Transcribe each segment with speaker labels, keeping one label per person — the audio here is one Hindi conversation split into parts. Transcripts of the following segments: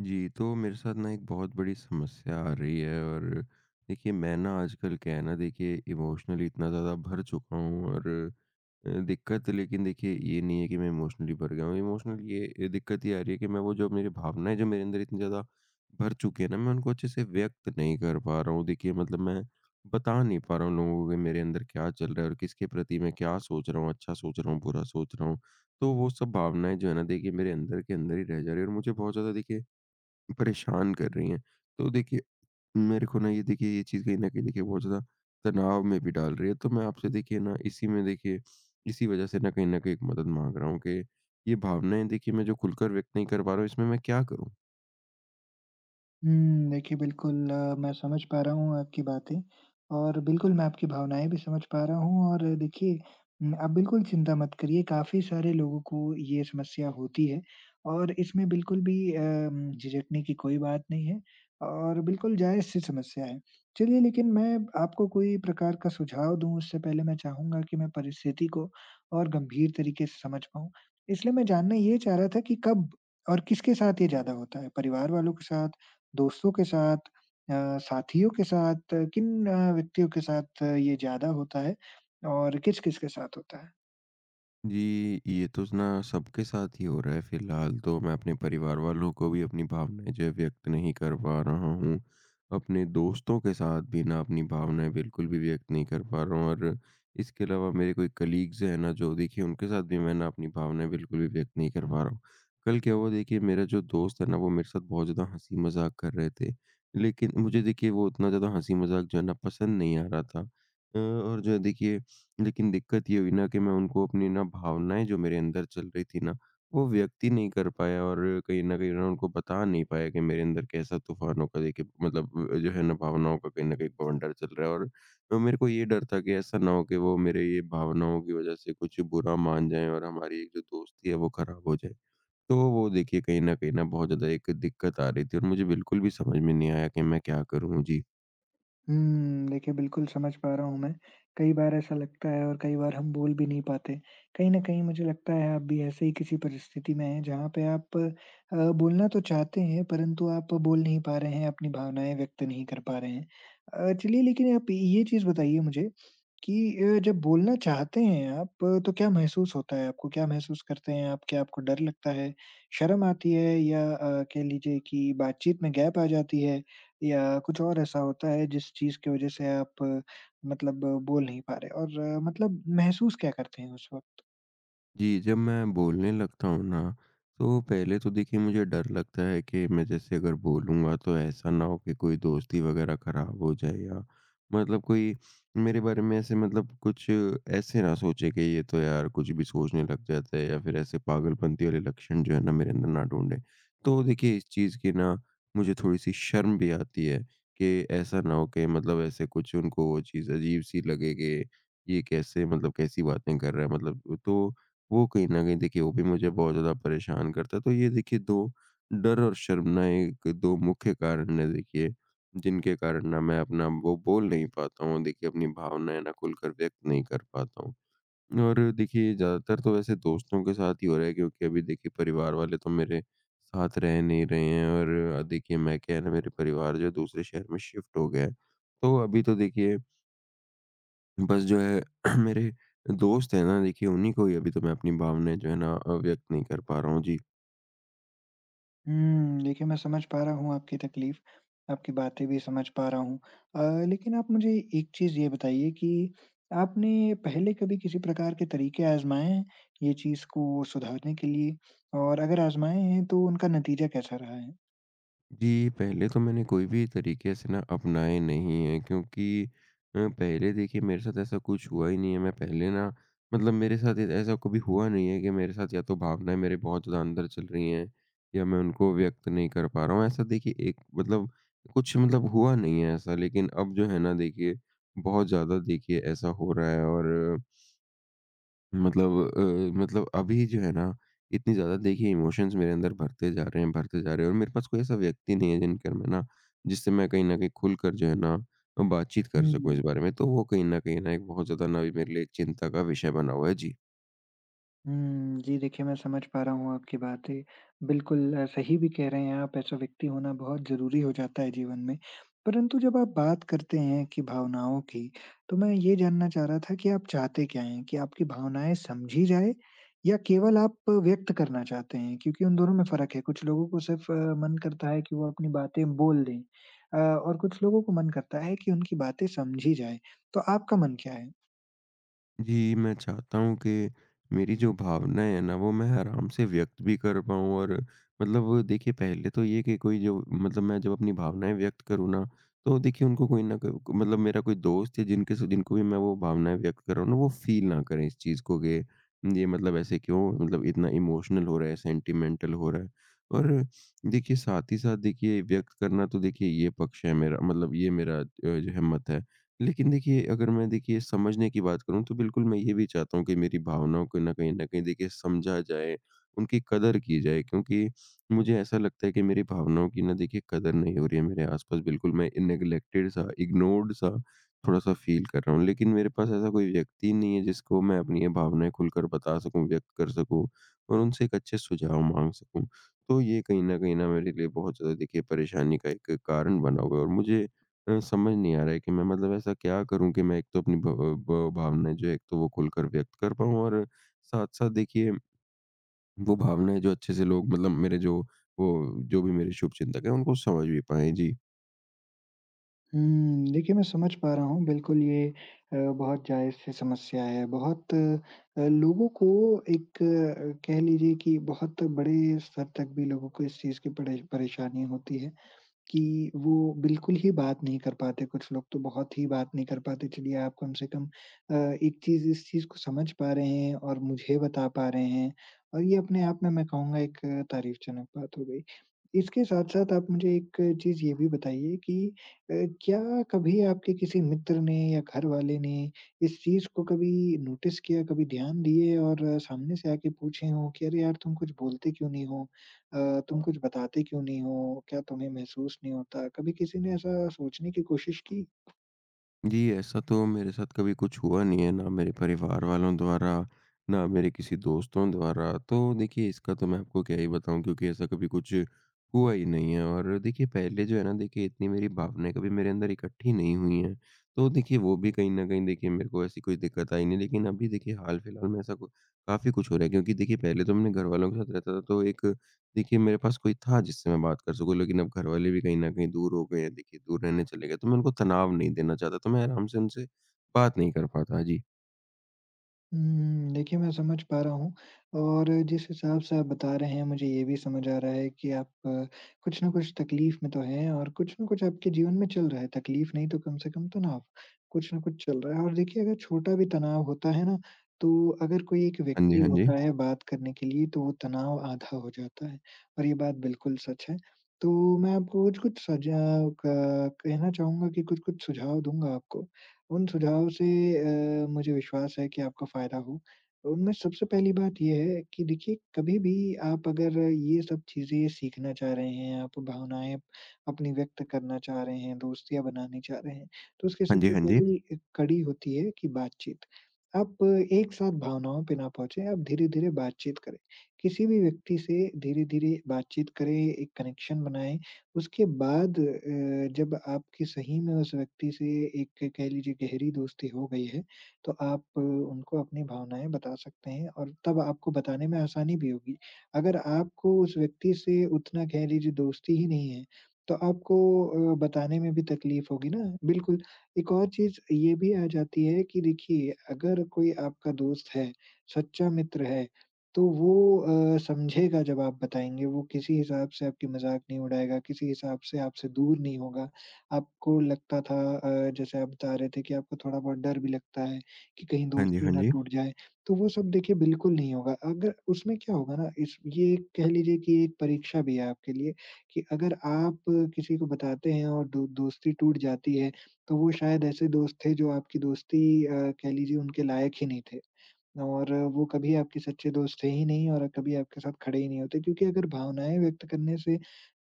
Speaker 1: जी, तो मेरे साथ ना एक बहुत बड़ी समस्या आ रही है और देखिए मैं ना आजकल क्या है ना देखिए इमोशनली इतना ज़्यादा भर चुका हूँ और दिक्कत। लेकिन देखिए ये नहीं है कि मैं इमोशनली भर गया हूँ। इमोशनली ये दिक्कत ये आ रही है कि मैं वो जो मेरी भावनाएँ जो मेरे अंदर इतनी ज़्यादा भर चुकी है ना, मैं उनको अच्छे से व्यक्त नहीं कर पा रहा हूँ। देखिए मतलब मैं बता नहीं पा रहा हूँ लोगों को कि मेरे अंदर क्या चल रहा है और किसके प्रति मैं क्या सोच रहा हूँ, अच्छा सोच रहा हूँ, बुरा सोच रहा हूँ। तो वो सब भावनाएँ जो है ना देखिए मेरे अंदर के अंदर ही रह जा रही है और मुझे बहुत ज़्यादा देखिए परेशान कर रही हैं। तो देखिए, मेरे को ना ये देखिए ये चीज़ कहीं न कहीं देखिए बहुत ज़्यादा तनाव में भी डाल रही है। तो मैं आपसे देखिए ना इसी में देखिए इसी वज़ह से ना कहीं न कहीं एक मदद माँग रहा हूँ कि ये भावनाएँ देखिए मैं जो खुलकर व्यक्त नहीं कर पा रहा हूँ इसमें मैं क्या करूँ?
Speaker 2: देखिए बिल्कुल मैं समझ पा रहा हूँ आपकी बातें और बिल्कुल मैं आपकी भावनाएँ भी समझ पा रहा हूँ और देखिए आप बिल्कुल चिंता मत करिए, काफ़ी सारे लोगों को ये समस्या होती है और इसमें बिल्कुल भी झिझकने की कोई बात नहीं है और बिल्कुल जायज़ सी समस्या है। चलिए लेकिन मैं आपको कोई प्रकार का सुझाव दूँ उससे पहले मैं चाहूँगा कि मैं परिस्थिति को और गंभीर तरीके से समझ पाऊँ। इसलिए मैं जानना ये चाह रहा था कि कब और किसके साथ ये ज़्यादा होता है? परिवार वालों के साथ? दोस्तों के साथ, साथियों के साथ किन व्यक्तियों के साथ ये ज़्यादा होता है और किस-किस के साथ होता है?
Speaker 1: जी, ये तो स ना सबके साथ ही हो रहा है। फ़िलहाल तो मैं अपने परिवार वालों को भी अपनी भावनाएँ जो है व्यक्त नहीं कर पा रहा हूँ। अपने दोस्तों के साथ भी ना अपनी भावनाएँ बिल्कुल भी व्यक्त नहीं कर पा रहा हूँ और इसके अलावा मेरे कोई कलीग्स हैं ना, जो देखिए उनके साथ भी मैं ना अपनी भावनाएँ बिल्कुल भी व्यक्त नहीं कर पा रहा हूँ। कल क्या हुआ देखिए, मेरा जो दोस्त है ना, वो मेरे साथ बहुत ज़्यादा हँसी-मज़ाक कर रहे थे। लेकिन मुझे देखिए वो उतना ज़्यादा हँसी-मज़ाक जो है ना पसंद नहीं आ रहा था। और जो है देखिए, लेकिन दिक्कत ये हुई ना कि मैं उनको अपनी ना भावनाएँ जो मेरे अंदर चल रही थी ना, वो व्यक्त ही नहीं कर पाया और कहीं न कहीं ना उनको बता नहीं पाया कि मेरे अंदर कैसा तूफ़ानों का देखिए मतलब जो है ना, भावनाओं का कहीं न कहीं बवंडर चल रहा है और मेरे को ये डर था कि ऐसा ना हो कि वो मेरे ये भावनाओं की वज़ह से कुछ बुरा मान जाएँ और हमारी एक जो दोस्ती है वो ख़राब हो जाए। तो वो देखिए कहीं न कहीं ना बहुत ज़्यादा एक दिक्कत आ रही थी और मुझे बिल्कुल भी समझ में नहीं आया कि मैं क्या करूँ? जी।
Speaker 2: देखिए बिल्कुल समझ पा रहा हूँ मैं। कई बार ऐसा लगता है और कई बार हम बोल भी नहीं पाते। कहीं न कहीं मुझे लगता है आप भी ऐसे ही किसी परिस्थिति में हैं जहाँ पे आप बोलना तो चाहते हैं परंतु आप बोल नहीं पा रहे हैं, अपनी भावनाएँ व्यक्त नहीं कर पा रहे हैं। चलिए लेकिन आप ये चीज़ बताइए मुझे कि जब बोलना चाहते हैं आप, तो क्या महसूस होता है आपको? क्या महसूस करते हैं आप? क्या आपको डर लगता है, शर्म आती है या कह लीजिए कि बातचीत में गैप आ जाती है? या कुछ और ऐसा होता है जिस चीज़ की वज़ह से आप, मतलब बोल नहीं पा रहे और, मतलब महसूस क्या करते हैं उस वक़्त?
Speaker 1: जी, जब मैं बोलने लगता हूँ ना, तो पहले तो देखिए मुझे डर लगता है कि मैं जैसे अगर बोलूँगा तो ऐसा ना हो कि कोई दोस्ती वग़ैरह ख़राब हो जाए, या मतलब कोई मेरे बारे में ऐसे मतलब कुछ ऐसे ना सोचे कि ये तो यार कुछ भी सोचने लग जाता है, या फिर ऐसे पागलपंती वाले लक्षण जो है ना मेरे अंदर ना ढूँढे। तो देखिए इस चीज़ की ना मुझे थोड़ी-सी शर्म भी आती है कि ऐसा ना हो कि मतलब ऐसे कुछ उनको वो चीज़ अजीब-सी लगे कि ये कैसे मतलब कैसी बातें कर रहा है मतलब, तो वो कहीं न कहीं देखिए वो भी मुझे बहुत ज़्यादा परेशान करता है। तो ये देखिए 2, डर और शर्मना, एक 2 मुख्य कारण हैं देखिए, जिनके कारण ना मैं अपना वो बोल नहीं पाता हूँ। देखिए अपनी भावनाएँ ना खुलकर व्यक्त नहीं कर पाता हूँ। और देखिए ज़्यादातर तो वैसे दोस्तों के साथ ही हो रहा है क्योंकि अभी देखिए परिवार वाले तो मेरे साथ रह नहीं रहे हैं और देखिए मैं क्या है ना, मेरे परिवार जो है दूसरे शहर में शिफ्ट हो गया है। तो अभी तो देखिए बस जो है मेरे दोस्त हैं ना, देखिए उन्हीं को ही अभी तो मैं अपनी भावनाएँ जो है ना व्यक्त नहीं कर पा रहा हूँ। जी।
Speaker 2: देखिए मैं समझ पा रहा हूँ आपकी तकलीफ़, आपकी बातें भी समझ पा रहा हूँ। लेकिन आप मुझे एक चीज़ ये बताइए कि आपने पहले कभी किसी प्रकार के तरीके आज़माए हैं ये चीज़ को सुधारने के लिए? और अगर आज़माए हैं तो उनका नतीजा कैसा रहा है?
Speaker 1: जी, पहले तो मैंने कोई भी तरीके ऐसे ना अपनाए नहीं हैं क्योंकि पहले देखिए मेरे साथ ऐसा कुछ हुआ ही नहीं है। मैं पहले ना मतलब मेरे साथ ए ऐसा कभी हुआ नहीं है कि मेरे साथ या तो भावनाएँ मेरे बहुत ज़्यादा अंदर चल रही हैं, या मैं उनको व्यक्त नहीं कर पा रहा हूँ। ऐसा देखिए एक मतलब कुछ मतलब हुआ नहीं है ऐसा, लेकिन अब जो है ना देखिए बहुत ज़्यादा देखिए ऐसा हो रहा है और मतलब मतलब अभी जो है ना इतनी ज़्यादा देखिए इमोशंस मेरे अंदर भरते जा रहे हैं, भरते जा रहे हैं, और मेरे पास कोई ऐसा व्यक्ति नहीं है जिनकर मैं ना जिससे मैं कहीं न कहीं खुलकर जो है ना बातचीत कर
Speaker 2: हुँ।
Speaker 1: सकूँ इस बारे में। तो वो कहीं न कहीं ना एक बहुत ज़्यादा ना अभी मेरे लिए चिंता का विषय बना हुआ है। जी।
Speaker 2: हुँ, जी देखिए, मैं समझ पा रहा हूँ आपकी बातें। बिल्कुल सही भी कह रहे हैं आप, ऐसा व्यक्ति होना बहुत ज़रूरी हो जाता है जीवन में। परंतु जब आप बात करते हैं कि भावनाओं की, तो मैं ये जानना चाह रहा था कि आप चाहते क्या हैं? कि आपकी भावनाएँ समझी जाएँ या केवल आप व्यक्त करना चाहते हैं? क्योंकि उन दोनों में फ़र्क है, कुछ लोगों को सिर्फ़ मन करता है कि वो अपनी बातें बोल दें, और कुछ लोगों को मन करता है कि उनकी बातें समझी जाएँ। तो आपका मन क्या है?
Speaker 1: जी, मैं चाहता हूँ कि मेरी जो भावनाएँ हैं ना, वो मैं आराम से व्यक्त भी कर पाऊँ और मतलब वो देखिए पहले तो ये कि कोई जो मतलब मैं जब अपनी भावनाएँ व्यक्त करूँ ना, तो देखिए उनको कोई ना कोई मतलब मेरा कोई दोस्त या जिनके स जिनको भी मैं वो भावनाएँ व्यक्त कर रहा हूँ ना, वो फ़ील ना करें इस चीज़ को कि ये मतलब ऐसे क्यों मतलब इतना इमोशनल हो रहा है, सेंटिमेंटल हो रहा है। और देखिए साथ ही साथ देखिए व्यक्त करना तो देखिए ये पक्ष है मेरा, मतलब ये मेरा जो है मत है। लेकिन देखिए, अगर मैं देखिए समझने की बात करूँ तो बिल्कुल मैं ये भी चाहता हूँ कि मेरी भावनाओं को ना कहीं न कहीं देखिए समझा जाए, उनकी कदर की जाए, क्योंकि मुझे ऐसा लगता है कि मेरी भावनाओं की ना देखिए कदर नहीं हो रही है मेरे आस-पास। बिल्कुल मैं नेग्लेक्टेड सा, इग्नोर्ड सा थोड़ा-सा फ़ील कर रहा हूँ। लेकिन मेरे पास ऐसा कोई व्यक्ति नहीं है जिसको मैं अपनी ये भावनाएँ खुलकर बता सकूँ, व्यक्त कर सकूँ और उनसे एक अच्छे सुझाव माँग सकूँ। तो ये कहीं न कहीं ना मेरे लिए बहुत ज़्यादा देखिए परेशानी का एक कारण बना हुआ है और मुझे समझ नहीं आ रहा है कि मैं मतलब ऐसा क्या करूँ कि मैं एक तो अपनी भ ब भावनाएँ जो है एक तो वो खुलकर व्यक्त कर पाऊँ, और साथ-साथ देखिए वो भावनाएँ जो अच्छे से लोग मतलब मेरे जो वो जो भी मेरे शुभचिंतक हैं उनको समझ भी पाएँ। जी।
Speaker 2: देखिए मैं समझ पा रहा हूँ बिल्कुल ये बहुत जायज़ सी समस्या है। बहुत लोगों को एक, कह लीजिए कि बहुत बड़े स्तर तक भी लोगों को इस चीज़ की परेशानी होती है। कि वो बिल्कुल ही बात नहीं कर पाते, कुछ लोग तो बहुत ही बात नहीं कर पाते। चलिए आप कम से कम अ, एक चीज़ इस चीज़ को समझ पा रहे हैं और मुझे बता पा रहे हैं और ये अपने आप में मैं कहूँगा एक तारीफ़जनक बात हो गई। इसके साथ-साथ आप मुझे एक चीज़ ये भी बताइए कि अ, क्या कभी आपके किसी मित्र ने या घरवाले ने इस चीज़ को कभी नोटिस किया, कभी ध्यान दिए और सामने से आके पूछे हों कि, "अरे यार तुम कुछ बोलते क्यों नहीं हो?" तुम कुछ बताते क्यों नहीं हो? क्या तुम्हें महसूस नहीं होता? कभी किसी ने ऐसा सोचने की कोशिश की?
Speaker 1: जी, ऐसा तो मेरे साथ कभी कुछ हुआ नहीं है, ना मेरे परिवार वालों द्वारा, ना मेरे किसी दोस्तों द्वारा। तो देखिए, इसका तो मैं आपको क्या ही बताऊँ, क्योंकि ऐसा कभी कुछ हुआ ही नहीं है और देखिए पहले जो है ना, देखिए इतनी मेरी भावनाएँ कभी मेरे अंदर इकट्ठी नहीं हुई हैं। तो देखिए, वो भी कहीं न कहीं देखिए मेरे को ऐसी कोई दिक्कत आई नहीं। लेकिन अभी देखिए हाल-फिलहाल में ऐसा कु काफ़ी कुछ हो रहा है, क्योंकि देखिए पहले तो मैंने घरवालों के साथ रहता था, तो एक देखिए, मेरे पास कोई था जिससे मैं बात कर सकूँ, लेकिन अब घरवाले भी कहीं न कहीं दूर हो गए हैं। देखिए, दूर रहने चले गए, तो मैं उनको तनाव नहीं देना चाहता, तो मैं आराम से उनसे बात नहीं कर पाता। जी।
Speaker 2: देखिए मैं समझ पा रहा हूँ और जिस हिसाब से आप बता रहे हैं मुझे ये भी समझ आ रहा है कि आप, कुछ न कुछ तकलीफ़ में तो हैं और कुछ न कुछ आपके जीवन में चल रहा है, तकलीफ़ नहीं तो कम से कम तनाव, कुछ न कुछ चल रहा है। और देखिए अगर छोटा भी तनाव होता है ना, तो अगर कोई एक
Speaker 1: हाँ जी,
Speaker 2: व्यक्ति
Speaker 1: हाँ जी।
Speaker 2: होता है बात करने के लिए तो वो तनाव आधा हो जाता है और ये बात बिल्कुल सच है। तो मैं आपको कुछ-कुछ सजा क कहना चाहूँगा कि कुछ-कुछ सुझाव दूँगा आपको। उन सुझावों से मुझे विश्वास है कि आपको फ़ायदा हो। उनमें सबसे पहली बात ये है कि देखिए, कभी भी आप अगर ये सब चीज़ें सीखना चाह रहे हैं, आप भावनाएँ अपनी व्यक्त करना चाह रहे हैं, दोस्तियाँ बनानी चाह रहे हैं, तो उसकी
Speaker 1: हाँ जी,
Speaker 2: सबसे
Speaker 1: हाँ जी।
Speaker 2: पहली कड़ी होती है कि बातचीत। आप एक साथ भावनाओं पे ना पहुँचे, आप धीरे-धीरे बातचीत करें। किसी भी व्यक्ति से धीरे-धीरे बातचीत करें, एक कनेक्शन बनाएँ उसके बाद जब आपकी सही में उस व्यक्ति से एक कह लीजिए गहरी दोस्ती हो गई है, तो आप उनको अपनी भावनाएँ बता सकते हैं और तब आपको बताने में आसानी भी होगी। अगर आपको उस व्यक्ति से उतना कह लीजिए दोस्ती ही नहीं है, तो आपको बताने में भी तकलीफ होगी ना। बिल्कुल, एक और चीज़ ये भी आ जाती है कि देखिए अगर कोई आपका दोस्त है, सच्चा मित्र है तो वो समझेगा जब आप बताएँगे, वो किसी हिसाब से आपकी मज़ाक नहीं उड़ाएगा, किसी हिसाब से आपसे दूर नहीं होगा। आपको लगता था, जैसे आप बता रहे थे कि आपको थोड़ा-बहुत डर भी लगता है कि कहीं
Speaker 1: हाँ जी,
Speaker 2: दोस्ती
Speaker 1: हाँ
Speaker 2: ना
Speaker 1: जी।
Speaker 2: टूट जाए, तो वो सब देखिए बिल्कुल नहीं होगा। अगर उसमें क्या होगा ना, इस ये एक कह लीजिए कि एक परीक्षा भी है आपके लिए कि अगर आप किसी को बताते हैं और दो दोस्ती टूट जाती है, तो वो शायद ऐसे दोस्त थे जो आपकी दोस्ती, कह लीजिए उनके लायक ही नहीं थे। और वो कभी आपके सच्चे दोस्त थे ही नहीं और कभी आपके साथ खड़े ही नहीं होते क्योंकि अगर भावनाएँ व्यक्त करने से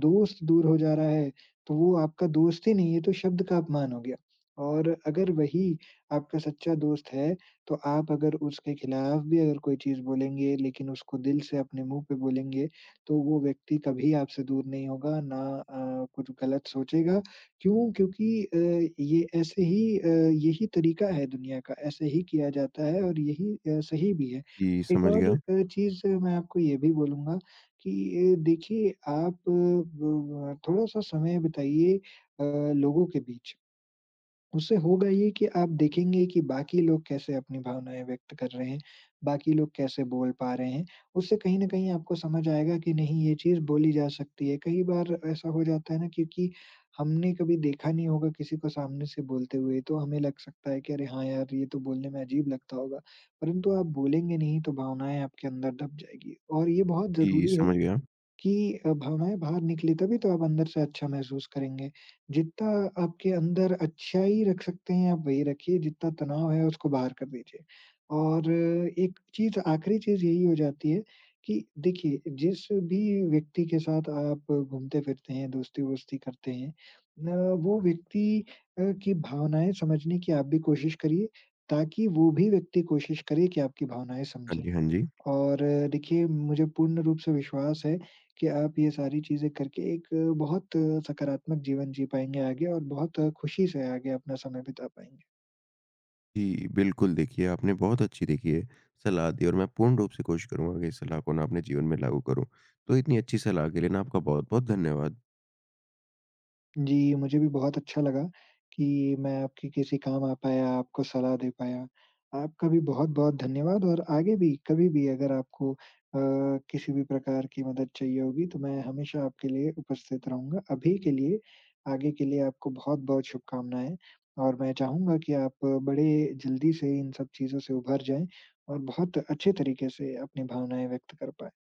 Speaker 2: दोस्त दूर हो जा रहा है, तो वो आपका दोस्त ही नहीं है, तो शब्द का अपमान हो गया। और अगर वही आपका सच्चा दोस्त है, तो आप अगर उसके खिलाफ भी अगर कोई चीज़ बोलेंगे, लेकिन उसको दिल से अपने मुँह पे बोलेंगे, तो वो व्यक्ति कभी आपसे दूर नहीं होगा, ना कुछ गलत सोचेगा। क्यों? क्योंकि अ, ये ऐसे ही अ, यही तरीका है दुनिया का, ऐसे ही किया जाता है और यही सही भी है।
Speaker 1: जी,
Speaker 2: एक
Speaker 1: समझ
Speaker 2: और
Speaker 1: गया।
Speaker 2: चीज़ मैं आपको ये भी बोलूँगा कि देखिए आप, अ, ब ब थोड़ा-सा समय बिताइए अ, लोगों के बीच। उससे होगा ये कि आप देखेंगे कि बाकी लोग कैसे अपनी भावनाएँ व्यक्त कर रहे हैं, बाकी लोग कैसे बोल पा रहे हैं। उससे कहीं न कहीं आपको समझ आएगा कि नहीं ये चीज़ बोली जा सकती है। कई बार ऐसा हो जाता है ना क्योंकि हमने कभी देखा नहीं होगा किसी को सामने से बोलते हुए, तो हमें लग सकता है कि अरे हाँ यार, ये तो बोलने में अजीब लगता होगा। परंतु आप बोलेंगे नहीं तो भावनाएँ आपके अंदर दब जाएगी और ये बहुत
Speaker 1: जी,
Speaker 2: ज़रूरी है।
Speaker 1: समझ गया।
Speaker 2: कि भावनाएँ बाहर निकली तभी तो आप अंदर से अच्छा महसूस करेंगे। जितना आपके अंदर अच्छाई रख सकते हैं, आप वही रखिए, जितना तनाव है उसको बाहर कर दीजिए। और एक चीज़ आखिरी चीज़ यही हो जाती है कि देखिए, जिस भी व्यक्ति के साथ आप घूमते-फिरते हैं, दोस्ती-वोस्ती करते हैं, न वो व्यक्ति की भावनाएँ समझने की आप भी कोशिश करिए, ताकि वो भी व्यक्ति कोशिश करे कि आपकी भावनाएँ
Speaker 1: हाँ
Speaker 2: समझे।
Speaker 1: जी, हाँ जी।
Speaker 2: और देखिए, मुझे पूर्ण रूप से विश्वास है कि आप ये सारी चीज़ें करके एक बहुत सकारात्मक जीवन जी पाएँगे आगे और बहुत खुशी से आगे अपना समय बिता पाएँगे।
Speaker 1: जी, बिल्कुल, देखिए, आपने बहुत अच्छी देखिए सलाह दी और मैं पूर्ण रूप से कोशिश करूँगा कि इस सलाह को ना अपने जीवन में लागू करूँ। तो इतनी अच्छी सलाह के लिए ना आपका बहुत-बहुत धन्यवाद।
Speaker 2: जी, मुझे भी बहुत अच्छा लगा कि मैं आपके किसी काम आ पाया, आपको सलाह दे पाया। आपका भी बहुत-बहुत धन्यवाद और आगे भी कभी भी अगर आपको अ, किसी भी प्रकार की मदद चाहिए होगी तो मैं हमेशा आपके लिए उपस्थित रहूँगा। अभी के लिए आगे के लिए आपको बहुत-बहुत शुभकामनाएँ और मैं चाहूँगा कि आप बड़े जल्दी से इन सब चीज़ों से उभर जाएँ और बहुत अच्छे तरीके से अपनी भावनाएँ व्यक्त कर पाएँ।